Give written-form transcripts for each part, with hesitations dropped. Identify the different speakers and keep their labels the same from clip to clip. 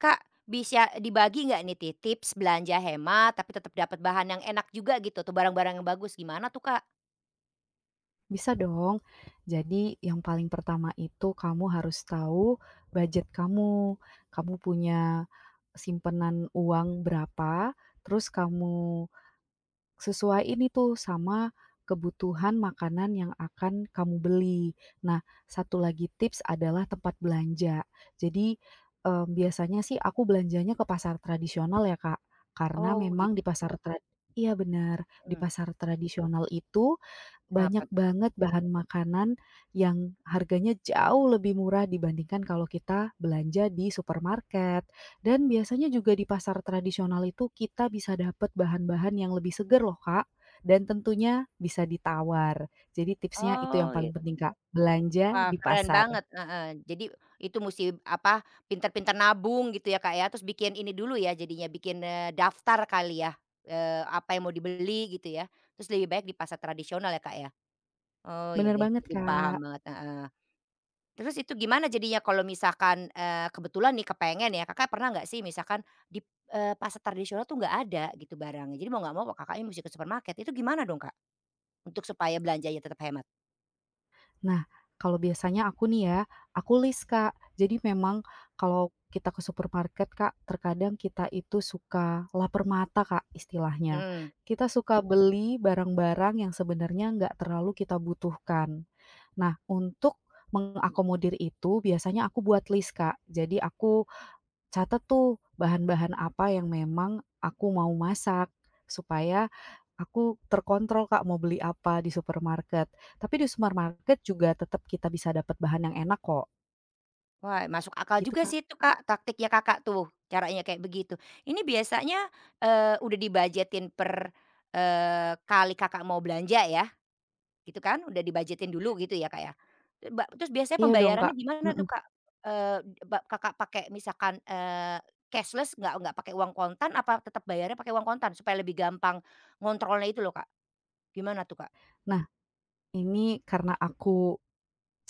Speaker 1: Kak, bisa dibagi nggak nih tips belanja hemat tapi tetap dapat bahan yang enak juga gitu tuh, barang-barang yang bagus, gimana tuh, Kak?
Speaker 2: Bisa dong. Jadi yang paling pertama itu kamu harus tahu budget kamu. Kamu punya simpenan uang berapa, terus kamu sesuaiin itu sama kebutuhan makanan yang akan kamu beli. Nah, satu lagi tips adalah tempat belanja. Jadi, biasanya sih aku belanjanya ke pasar tradisional ya, Kak, karena
Speaker 1: Oh
Speaker 2: memang
Speaker 1: gitu.
Speaker 2: di pasar Betul. Trad iya benar di
Speaker 1: Mhm.
Speaker 2: pasar tradisional itu
Speaker 1: Kenapa
Speaker 2: banyak
Speaker 1: tuh?
Speaker 2: banget bahan makanan yang harganya jauh lebih murah dibandingkan kalau kita belanja di supermarket, dan biasanya juga di pasar tradisional itu kita bisa dapat bahan-bahan yang lebih seger loh, Kak, dan tentunya bisa ditawar. Jadi tipsnya itu
Speaker 1: Oh,
Speaker 2: yang paling penting, Kak, belanja
Speaker 1: wah
Speaker 2: di
Speaker 1: keren
Speaker 2: pasar.
Speaker 1: banget, heeh. Jadi itu musti apa, pintar-pintar nabung gitu ya, Kak, ya, terus bikin ini dulu ya jadinya, bikin, daftar kali ya, apa yang mau dibeli gitu ya, terus lebih baik di pasar tradisional ya, Kak, ya? Oh iya
Speaker 2: Bener
Speaker 1: deh,
Speaker 2: banget,
Speaker 1: jadi paham
Speaker 2: Kak.
Speaker 1: banget, heeh. Terus itu gimana jadinya kalau misalkan, kebetulan nih kepengen ya, Kakak pernah nggak sih misalkan di, pasar tradisional tuh nggak ada gitu barangnya, jadi mau nggak mau Kakaknya mesti ke supermarket, itu gimana dong, Kak? Untuk supaya belanjanya tetap hemat?
Speaker 2: Nah, kalau biasanya aku nih ya, aku list, Kak. Jadi memang kalau kita ke supermarket, Kak, terkadang kita itu suka lapar mata, Kak, istilahnya.
Speaker 1: Mhm,
Speaker 2: Kita suka beli barang-barang yang sebenarnya nggak terlalu kita butuhkan. Nah, untuk mengakomodir itu biasanya aku buat list, Kak. Jadi aku catat tuh bahan-bahan apa yang memang aku mau masak, supaya aku terkontrol, Kak, mau beli apa di supermarket. Tapi di supermarket juga tetap kita bisa dapat bahan yang enak kok,
Speaker 1: wah masuk akal
Speaker 2: gitu,
Speaker 1: juga
Speaker 2: Kak.
Speaker 1: sih itu, Kak, taktiknya Kakak tuh, caranya kayak begitu. Ini biasanya, udah dibajetin per, kali Kakak mau belanja ya? Gitu kan, udah dibudgetin dulu gitu ya, Kak, ya? Eee, ba Terus biasanya
Speaker 2: Iya dong, Kak.
Speaker 1: pembayarannya gimana tuh,
Speaker 2: Mhm.
Speaker 1: Kak? Eee, ba Kakak pakai misalkan, cashless nggak pakai uang kontan apa tetap bayarnya pakai uang kontan? Supaya lebih gampang ngontrolnya itu loh, Kak. Gimana tuh, Kak?
Speaker 2: Nah, ini karena aku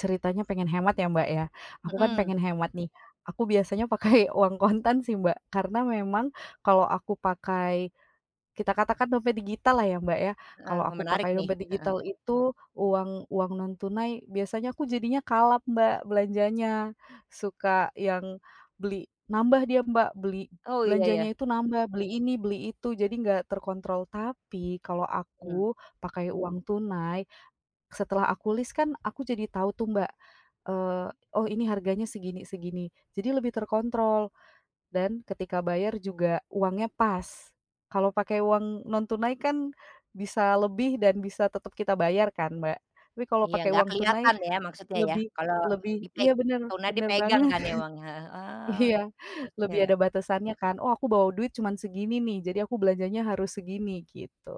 Speaker 2: ceritanya pengen hemat ya, Mbak, ya. Aku kan
Speaker 1: Mhm,
Speaker 2: pengen hemat nih, aku biasanya pakai uang kontan sih, Mbak, karena memang kalau aku pakai, kita katakan dompet digital lah ya, Mbak, ya.
Speaker 1: heeh,
Speaker 2: Kalau
Speaker 1: wah
Speaker 2: aku
Speaker 1: menarik
Speaker 2: pakai
Speaker 1: nih,
Speaker 2: dompet
Speaker 1: heeh.
Speaker 2: digital itu, uang uang non tunai biasanya aku jadinya kalap, Mbak, belanjanya. Suka yang beli nambah dia, Mbak, beli
Speaker 1: Oh, iya ya,
Speaker 2: belanjanya itu nambah, beli ini, beli itu, jadi nggak terkontrol. Tapi kalau aku
Speaker 1: mhm.
Speaker 2: pakai uang tunai, setelah aku list kan aku jadi tahu tuh, Mbak, eee, "Oh, ini harganya segini segini." Jadi lebih terkontrol. Dan ketika bayar juga uangnya pas. Kalau pakai uang non tunai kan bisa lebih dan bisa tetap kita bayar kan, Mbak. Tapi kalau
Speaker 1: Iya,
Speaker 2: pakai
Speaker 1: nggak
Speaker 2: uang tunai
Speaker 1: kelihatan ya maksudnya ya,
Speaker 2: lebih
Speaker 1: kalau
Speaker 2: lebih
Speaker 1: dipe
Speaker 2: iya bener,
Speaker 1: tunai
Speaker 2: bener
Speaker 1: dipegang
Speaker 2: banget.
Speaker 1: kan ya uangnya, heeh, oh,
Speaker 2: Iya,
Speaker 1: iya
Speaker 2: lebih
Speaker 1: ya.
Speaker 2: ada batasannya kan, "Oh aku bawa duit cuman segini nih, jadi aku belanjanya harus segini," gitu.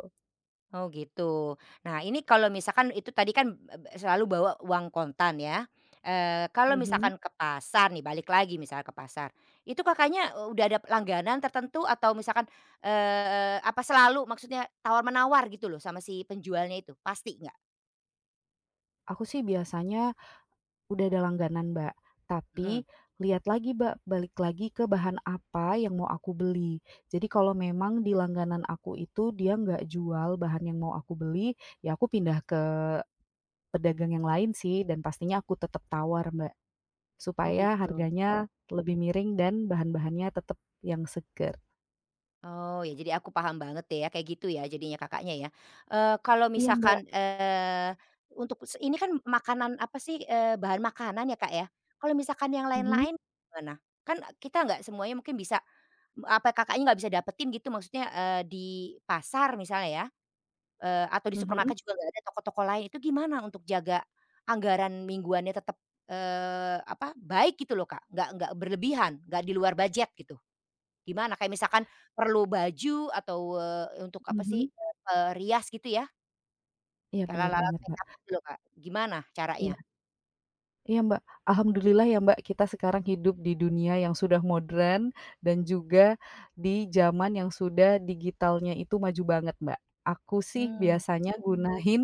Speaker 1: Oh gitu. Nah ini kalau misalkan itu tadi kan b b selalu bawa uang kontan ya, kalau
Speaker 2: Mhm.
Speaker 1: misalkan ke pasar nih balik lagi misalnya ke pasar, itu Kakaknya eh, udah ada langganan tertentu atau misalkan, apa selalu maksudnya tawar menawar gitu loh sama si penjualnya itu, pasti nggak?
Speaker 2: Aku sih biasanya udah ada langganan, Mbak.
Speaker 1: Mhm.
Speaker 2: Tapi lihat lagi, Mbak, balik lagi ke bahan apa yang mau aku beli. Jadi kalau memang di langganan aku itu dia nggak jual bahan yang mau aku beli, ya aku pindah ke pedagang yang lain sih dan pastinya aku tetap tawar, Mbak,
Speaker 1: Oh
Speaker 2: supaya
Speaker 1: gitu.
Speaker 2: harganya lebih miring dan bahan-bahannya tetap yang seger.
Speaker 1: Oh, ya jadi aku paham banget deh ya, kayak gitu ya jadinya Kakaknya ya. Kalau
Speaker 2: Iya, Mbak.
Speaker 1: misalkan, untuk ini kan makanan apa sih, bahan makanan ya, Kak, ya. Kalau misalkan yang
Speaker 2: Mhm,
Speaker 1: lain-lain gimana? Kan kita nggak semuanya mungkin bisa apa Kakaknya nggak bisa dapetin gitu maksudnya, di pasar misalnya ya, atau di
Speaker 2: mhm,
Speaker 1: supermarket juga nggak ada toko-toko lain, itu gimana untuk jaga anggaran mingguannya tetap, apa, baik gitu loh, Kak, nggak berlebihan, nggak di luar budget gitu? Gimana? Kayak misalkan perlu baju atau, untuk apa sih,
Speaker 2: mhm.
Speaker 1: perias gitu ya?
Speaker 2: Iya
Speaker 1: Kayak
Speaker 2: bener
Speaker 1: alat-alat
Speaker 2: banget, Mbak.
Speaker 1: makeup gitu loh, Kak. Gimana caranya?
Speaker 2: Iya. Iya, Mbak. Alhamdulillah ya, Mbak, kita sekarang hidup di dunia yang sudah modern dan juga di zaman yang sudah digitalnya itu maju banget, Mbak. Aku sih
Speaker 1: Mmm.
Speaker 2: biasanya gunain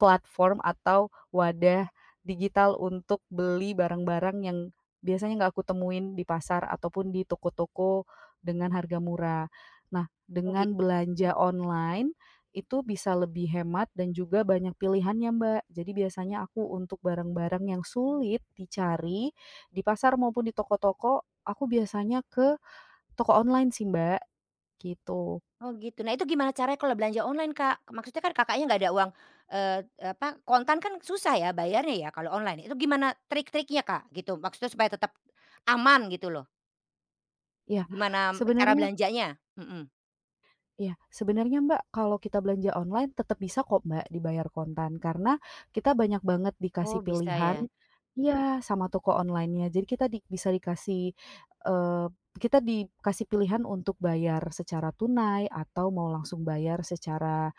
Speaker 2: platform atau wadah digital untuk beli barang-barang yang biasanya nggak aku temuin di pasar ataupun di toko-toko dengan harga murah. Nah,
Speaker 1: Oh git
Speaker 2: dengan belanja online itu bisa lebih hemat dan juga banyak pilihannya, Mbak. Jadi biasanya aku untuk barang-barang yang sulit dicari di pasar maupun di toko-toko, aku biasanya ke toko online sih, Mbak, gitu.
Speaker 1: Oh gitu. Nah itu gimana caranya kalau belanja online, Kak? Maksudnya kan Kakaknya nggak ada uang, eee, apa, kontan kan susah ya bayarnya ya kalau online. Itu gimana trik-triknya, Kak, gitu? Maksudnya supaya tetap aman gitu loh.
Speaker 2: Ya,
Speaker 1: Gimana cara
Speaker 2: sebenarnya
Speaker 1: belanjanya? Mhm.
Speaker 2: Iya, sebenarnya, Mbak, kalau kita belanja online tetap bisa kok, Mbak, dibayar kontan, karena kita banyak banget
Speaker 1: Oh
Speaker 2: dikasih
Speaker 1: bisa
Speaker 2: pilihan,
Speaker 1: ya?
Speaker 2: iya, sama toko online-nya. Jadi kita bisa dikasih, eee, kita dikasih pilihan untuk bayar secara tunai atau mau langsung bayar secara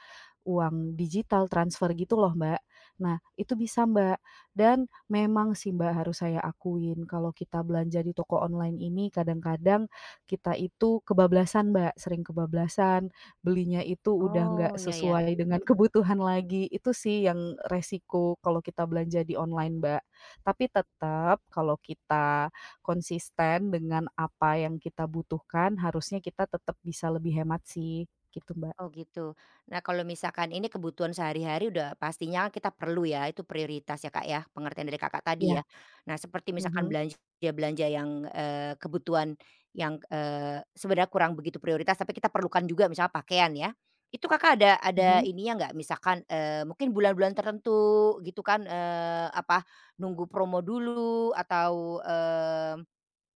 Speaker 2: uang digital transfer gitu loh, Mbak. Nah, itu bisa, Mbak, dan memang sih, Mbak, harus saya akuin kalau kita belanja di toko online ini kadang-kadang kita itu kebablasan, Mbak, sering kebablasan, belinya itu udah nggak
Speaker 1: Oh, ya, ya.
Speaker 2: sesuai dengan kebutuhan lagi, itu sih yang resiko kalau kita belanja di online, Mbak. Tapi tetap kalau kita konsisten dengan apa yang kita butuhkan, harusnya kita tetap bisa lebih hemat sih, gitu, Mbak.
Speaker 1: Oh gitu. Nah kalau misalkan ini kebutuhan sehari-hari udah pastinya kita perlu ya, itu prioritas ya Kak ya, pengertian dari Kakak tadi ya.
Speaker 2: Iya,
Speaker 1: Nah seperti misalkan
Speaker 2: mhm,
Speaker 1: belanja-belanja yang, kebutuhan yang, sebenarnya kurang begitu prioritas tapi kita perlukan juga misalnya pakaian ya, itu Kakak ada
Speaker 2: mhm.
Speaker 1: ininya nggak? Misalkan, mungkin bulan-bulan tertentu gitu kan, apa, nunggu promo dulu atau,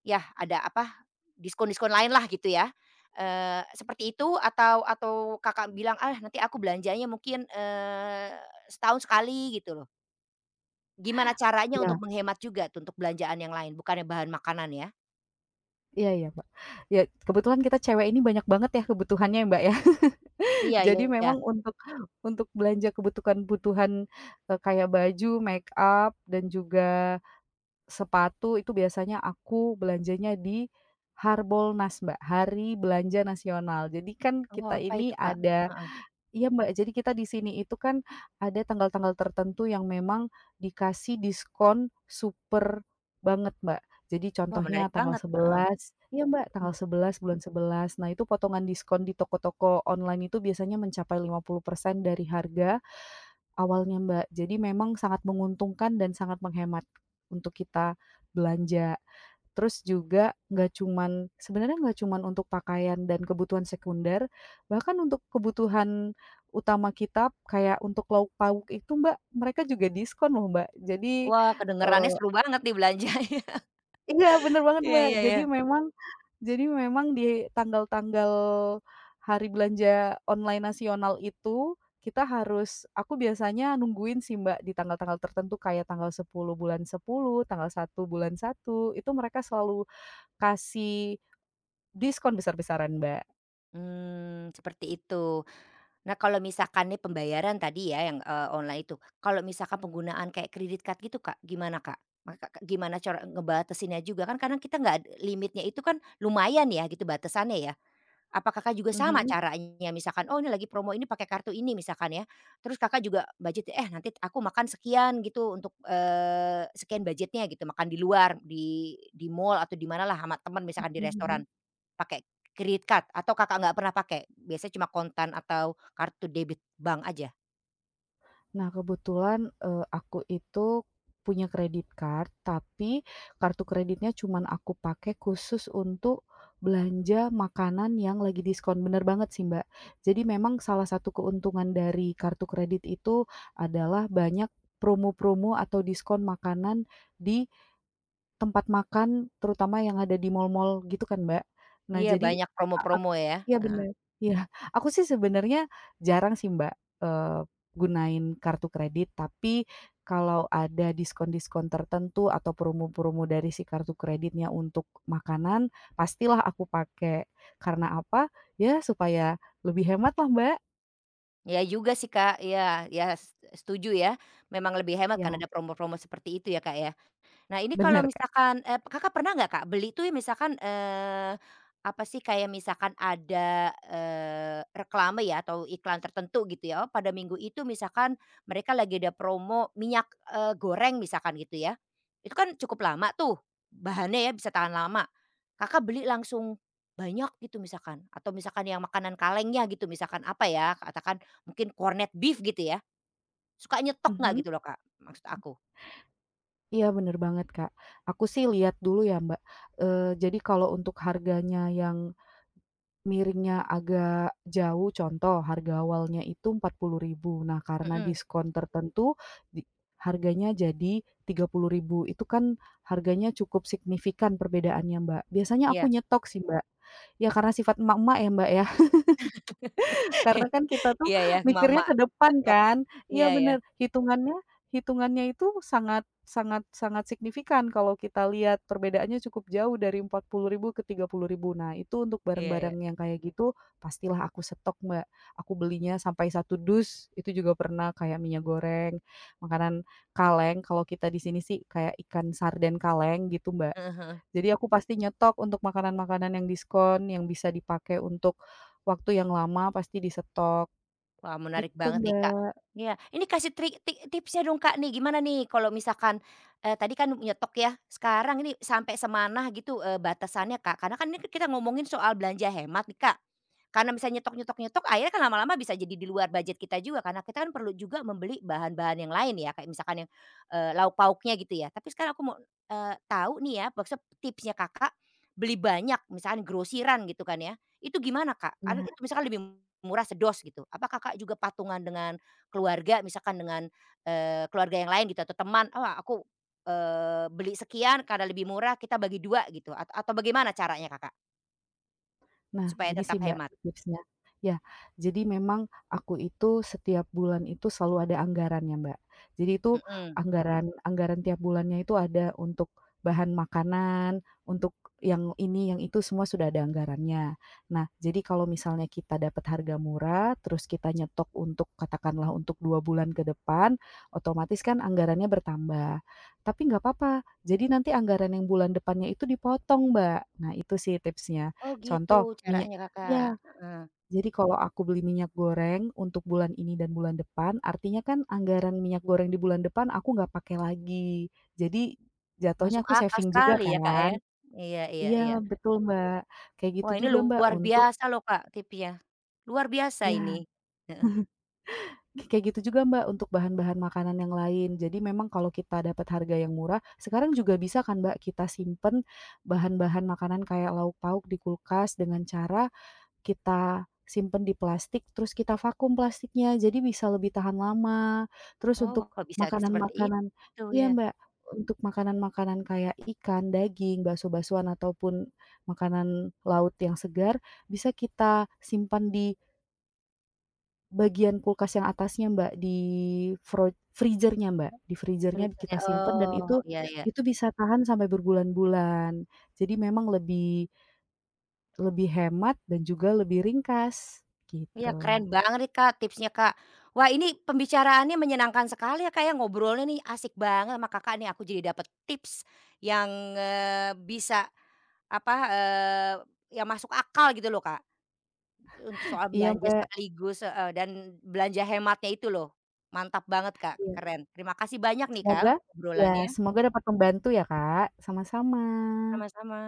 Speaker 1: yah, ada apa, diskon-diskon lain lah gitu ya, seperti itu atau Kakak bilang, "Ah, nanti aku belanjanya mungkin, setahun sekali," gitu loh. Gimana caranya untuk
Speaker 2: Iya
Speaker 1: menghemat juga tuh untuk belanjaan yang lain, bukannya bahan makanan ya?
Speaker 2: iya iya, Mbak. Ya, kebetulan kita cewek ini banyak banget ya kebutuhannya ya, Mbak, ya.
Speaker 1: Iya,
Speaker 2: Jadi
Speaker 1: iya.
Speaker 2: memang untuk belanja kebutuhan-kebutuhan, kayak baju, make up, dan juga sepatu itu biasanya aku belanjanya di Harbolnas, Mbak, Hari Belanja Nasional. Jadi kan
Speaker 1: Oh,
Speaker 2: kita
Speaker 1: apa
Speaker 2: ini
Speaker 1: itu, Kak?
Speaker 2: ada
Speaker 1: Heeh.
Speaker 2: iya, Mbak. Jadi kita di sini itu kan ada tanggal-tanggal tertentu yang memang dikasih diskon super banget, Mbak. Jadi
Speaker 1: Wah, menarik
Speaker 2: contohnya tanggal
Speaker 1: banget, heeh,
Speaker 2: 11, iya, Mbak,
Speaker 1: mhm.
Speaker 2: tanggal 11 bulan 11. Nah, itu potongan diskon di toko-toko online itu biasanya mencapai 50% dari harga awalnya, Mbak. Jadi memang sangat menguntungkan dan sangat menghemat untuk kita belanja. Terus juga nggak cuman sebenarnya nggak cuman untuk pakaian dan kebutuhan sekunder, bahkan untuk kebutuhan utama kita kayak untuk lauk pauk itu, Mbak, mereka juga diskon loh, Mbak. Jadi,
Speaker 1: Wah, kedengerannya
Speaker 2: eee
Speaker 1: seru banget nih belanjanya.
Speaker 2: iya, bener banget,
Speaker 1: Iya,
Speaker 2: Mbak.
Speaker 1: iya, iya.
Speaker 2: Jadi memang di tanggal-tanggal hari belanja online nasional itu, kita harus aku biasanya nungguin sih, Mbak, di tanggal-tanggal tertentu kayak tanggal 10 bulan 10, tanggal 1 bulan 1, itu mereka selalu kasih diskon besar-besaran, Mbak.
Speaker 1: Seperti itu. Nah, kalau misalkan nih pembayaran tadi ya yang, online itu, kalau misalkan penggunaan kayak kredit card gitu, Kak, gimana, Kak? Maka Kak, gimana cara ngebatasinnya juga? Kan karena kita nggak limitnya itu kan lumayan ya gitu batasannya ya. Apa Kakak juga sama
Speaker 2: Mhm.
Speaker 1: caranya? Misalkan, "Oh, ini lagi promo ini pakai kartu ini," misalkan ya. Terus Kakak juga budget, "Eh, nanti aku makan sekian," gitu untuk, sekian budgetnya gitu, makan di luar, di mall atau di mana lah sama teman
Speaker 2: Mhm,
Speaker 1: misalkan di restoran.
Speaker 2: mhm.
Speaker 1: Pakai credit card atau Kakak nggak pernah pakai? Biasanya cuma kontan atau kartu debit bank aja?
Speaker 2: Nah, kebetulan, aku itu punya kredit card, tapi kartu kreditnya cuman aku pakai khusus untuk belanja makanan yang lagi diskon, bener banget sih, Mbak. Jadi memang salah satu keuntungan dari kartu kredit itu adalah banyak promo-promo atau diskon makanan di tempat makan, terutama yang ada di mall-mall gitu kan, Mbak. Nah
Speaker 1: Iya
Speaker 2: jadi
Speaker 1: banyak
Speaker 2: a ak
Speaker 1: promo-promo ya,
Speaker 2: iya
Speaker 1: heeh.
Speaker 2: bener, iya. Aku sih sebenarnya jarang sih, Mbak, eee, gunain kartu kredit, tapi kalau ada diskon-diskon tertentu atau promo-promo dari si kartu kreditnya untuk makanan, pastilah aku pakai. Karena apa? Ya supaya lebih hemat lah, Mbak.
Speaker 1: Iya juga sih Kak, iya, iya, setuju ya, memang lebih hemat
Speaker 2: Ya,
Speaker 1: kan ada promo-promo seperti itu ya Kak ya? Nah ini kalau
Speaker 2: bener, Kak.
Speaker 1: misalkan, Kakak pernah nggak Kak beli tuh misalkan, apa sih kayak misalkan ada, reklame ya atau iklan tertentu gitu ya, oh pada minggu itu misalkan mereka lagi ada promo minyak, goreng misalkan gitu ya. Itu kan cukup lama tuh bahannya ya bisa tahan lama. Kakak beli langsung banyak gitu misalkan atau misalkan yang makanan kalengnya gitu misalkan apa ya katakan mungkin corned beef gitu ya, suka nyetok nggak
Speaker 2: Mhm.
Speaker 1: gitu loh Kak maksud aku?
Speaker 2: Iya bener banget, Kak. Aku sih lihat dulu ya, Mbak, jadi kalau untuk harganya yang miringnya agak jauh, contoh harga awalnya itu 40.000, nah karena
Speaker 1: Mhm,
Speaker 2: diskon tertentu di harganya jadi 30.000, itu kan harganya cukup signifikan perbedaannya, Mbak. Biasanya
Speaker 1: iya.
Speaker 2: aku nyetok sih, Mbak. Ya karena sifat emak-emak ya, Mbak, ya. Karena kan kita tuh
Speaker 1: Iya ya,
Speaker 2: mikirnya
Speaker 1: emak-emak,
Speaker 2: ke depan
Speaker 1: ketok,
Speaker 2: kan. Iya
Speaker 1: iya ya,
Speaker 2: bener, hitungannya hitungannya itu sangat sangat sangat signifikan kalau kita lihat perbedaannya cukup jauh dari rp ribu ke rp ribu. Nah, itu untuk
Speaker 1: iya ya,
Speaker 2: barang-barang yang kayak gitu pastilah aku stok, Mbak. Aku belinya sampai satu dus, itu juga pernah, kayak minyak goreng, makanan kaleng, kalau kita di sini sih kayak ikan sarden kaleng gitu, Mbak.
Speaker 1: heeh, heeh.
Speaker 2: Jadi aku pasti nyetok untuk makanan-makanan yang diskon, yang bisa dipakai untuk waktu yang lama pasti disetok,
Speaker 1: Wah, menarik
Speaker 2: gitu,
Speaker 1: banget nih, Kak.
Speaker 2: Mbak.
Speaker 1: Iya, ini kasih trik tipsnya dong, Kak, nih. Gimana nih kalau misalkan, tadi kan nyetok ya, sekarang ini sampai semana gitu, batasannya, Kak? Karena kan ini kita ngomongin soal belanja hemat nih, Kak. Karena misalnya nyetok nyetok nyetok akhirnya kan lama-lama bisa jadi di luar budget kita juga karena kita kan perlu juga membeli bahan-bahan yang lain ya, kayak misalkan yang, lauk pauknya gitu ya. Tapi sekarang aku mau, tahu nih ya maksud tipsnya Kakak, beli banyak misalkan grosiran gitu kan ya. Itu gimana, Kak? Kan
Speaker 2: Iya.
Speaker 1: itu misalkan lebih murah sedos gitu. Apa Kakak juga patungan dengan keluarga misalkan dengan, keluarga yang lain gitu atau teman, "Oh aku, beli sekian karena lebih murah kita bagi 2 gitu atau bagaimana caranya, Kakak?
Speaker 2: Nah,
Speaker 1: Supaya
Speaker 2: gini
Speaker 1: tetap
Speaker 2: sih, Mbak,
Speaker 1: hemat?
Speaker 2: tipsnya. Ya, jadi memang aku itu setiap bulan itu selalu ada anggarannya, Mbak. Jadi itu
Speaker 1: Mhm.
Speaker 2: anggaran anggaran tiap bulannya itu ada untuk bahan makanan, untuk yang ini, yang itu semua sudah ada anggarannya. Nah, jadi kalau misalnya kita dapat harga murah, terus kita nyetok untuk katakanlah untuk 2 bulan ke depan, otomatis kan anggarannya bertambah. Tapi nggak apa-apa, jadi nanti anggaran yang bulan depannya itu dipotong, Mbak. Nah itu sih tipsnya.
Speaker 1: Oh gitu
Speaker 2: Contoh, minyak,
Speaker 1: caranya, Kakak,
Speaker 2: iya,
Speaker 1: heeh.
Speaker 2: jadi kalau aku beli minyak goreng untuk bulan ini dan bulan depan, artinya kan anggaran minyak goreng di bulan depan aku nggak pakai lagi. Jadi jatuhnya
Speaker 1: Masuk
Speaker 2: aku
Speaker 1: akal
Speaker 2: saving juga
Speaker 1: sekali ya, Kak,
Speaker 2: kan.
Speaker 1: ya. Iya, iya,
Speaker 2: Iya,
Speaker 1: iya.
Speaker 2: betul, Mbak. Kayak gitu
Speaker 1: Wah ini
Speaker 2: juga, Mbak,
Speaker 1: luar
Speaker 2: untuk
Speaker 1: biasa loh, Kak, tipsnya. Luar biasa
Speaker 2: ya,
Speaker 1: ini. Heeh.
Speaker 2: kayak gitu juga, Mbak, untuk bahan-bahan makanan yang lain. Jadi memang kalau kita dapat harga yang murah, sekarang juga bisa kan, Mbak, kita simpen bahan-bahan makanan kayak lauk pauk di kulkas dengan cara kita simpen di plastik, terus kita vakum plastiknya, jadi bisa lebih tahan lama. Terus
Speaker 1: Oh
Speaker 2: untuk
Speaker 1: kok bisa seperti
Speaker 2: makanan-makanan
Speaker 1: itu
Speaker 2: iya,
Speaker 1: ya,
Speaker 2: Mbak, untuk makanan-makanan kayak ikan, daging, bakso-baksoan ataupun makanan laut yang segar, bisa kita simpan di bagian kulkas yang atasnya, Mbak, di freezer-nya, Mbak, di freezer-nya
Speaker 1: freezer
Speaker 2: kita simpen dan
Speaker 1: Oh,
Speaker 2: itu
Speaker 1: iya, iya.
Speaker 2: bisa tahan sampai berbulan-bulan. Jadi memang lebih lebih hemat dan juga lebih ringkas,
Speaker 1: Iya,
Speaker 2: gitu.
Speaker 1: keren banget nih, Kak, tipsnya, Kak. Wah, ini pembicaraannya menyenangkan sekali ya, Kak, ya, ngobrolnya nih asik banget sama Kakak nih, aku jadi dapet tips yang, bisa apa, yang masuk akal gitu loh, Kak, untuk soal
Speaker 2: Iya,
Speaker 1: belanja
Speaker 2: Mbak,
Speaker 1: sekaligus heeh, dan belanja hematnya itu loh. Mantap banget, Kak,
Speaker 2: iya.
Speaker 1: keren. Terima kasih banyak nih, Kak,
Speaker 2: Semoga
Speaker 1: untuk
Speaker 2: ya
Speaker 1: obrolannya.
Speaker 2: semoga dapat membantu ya, Kak. Sama-sama.
Speaker 1: Sama-sama.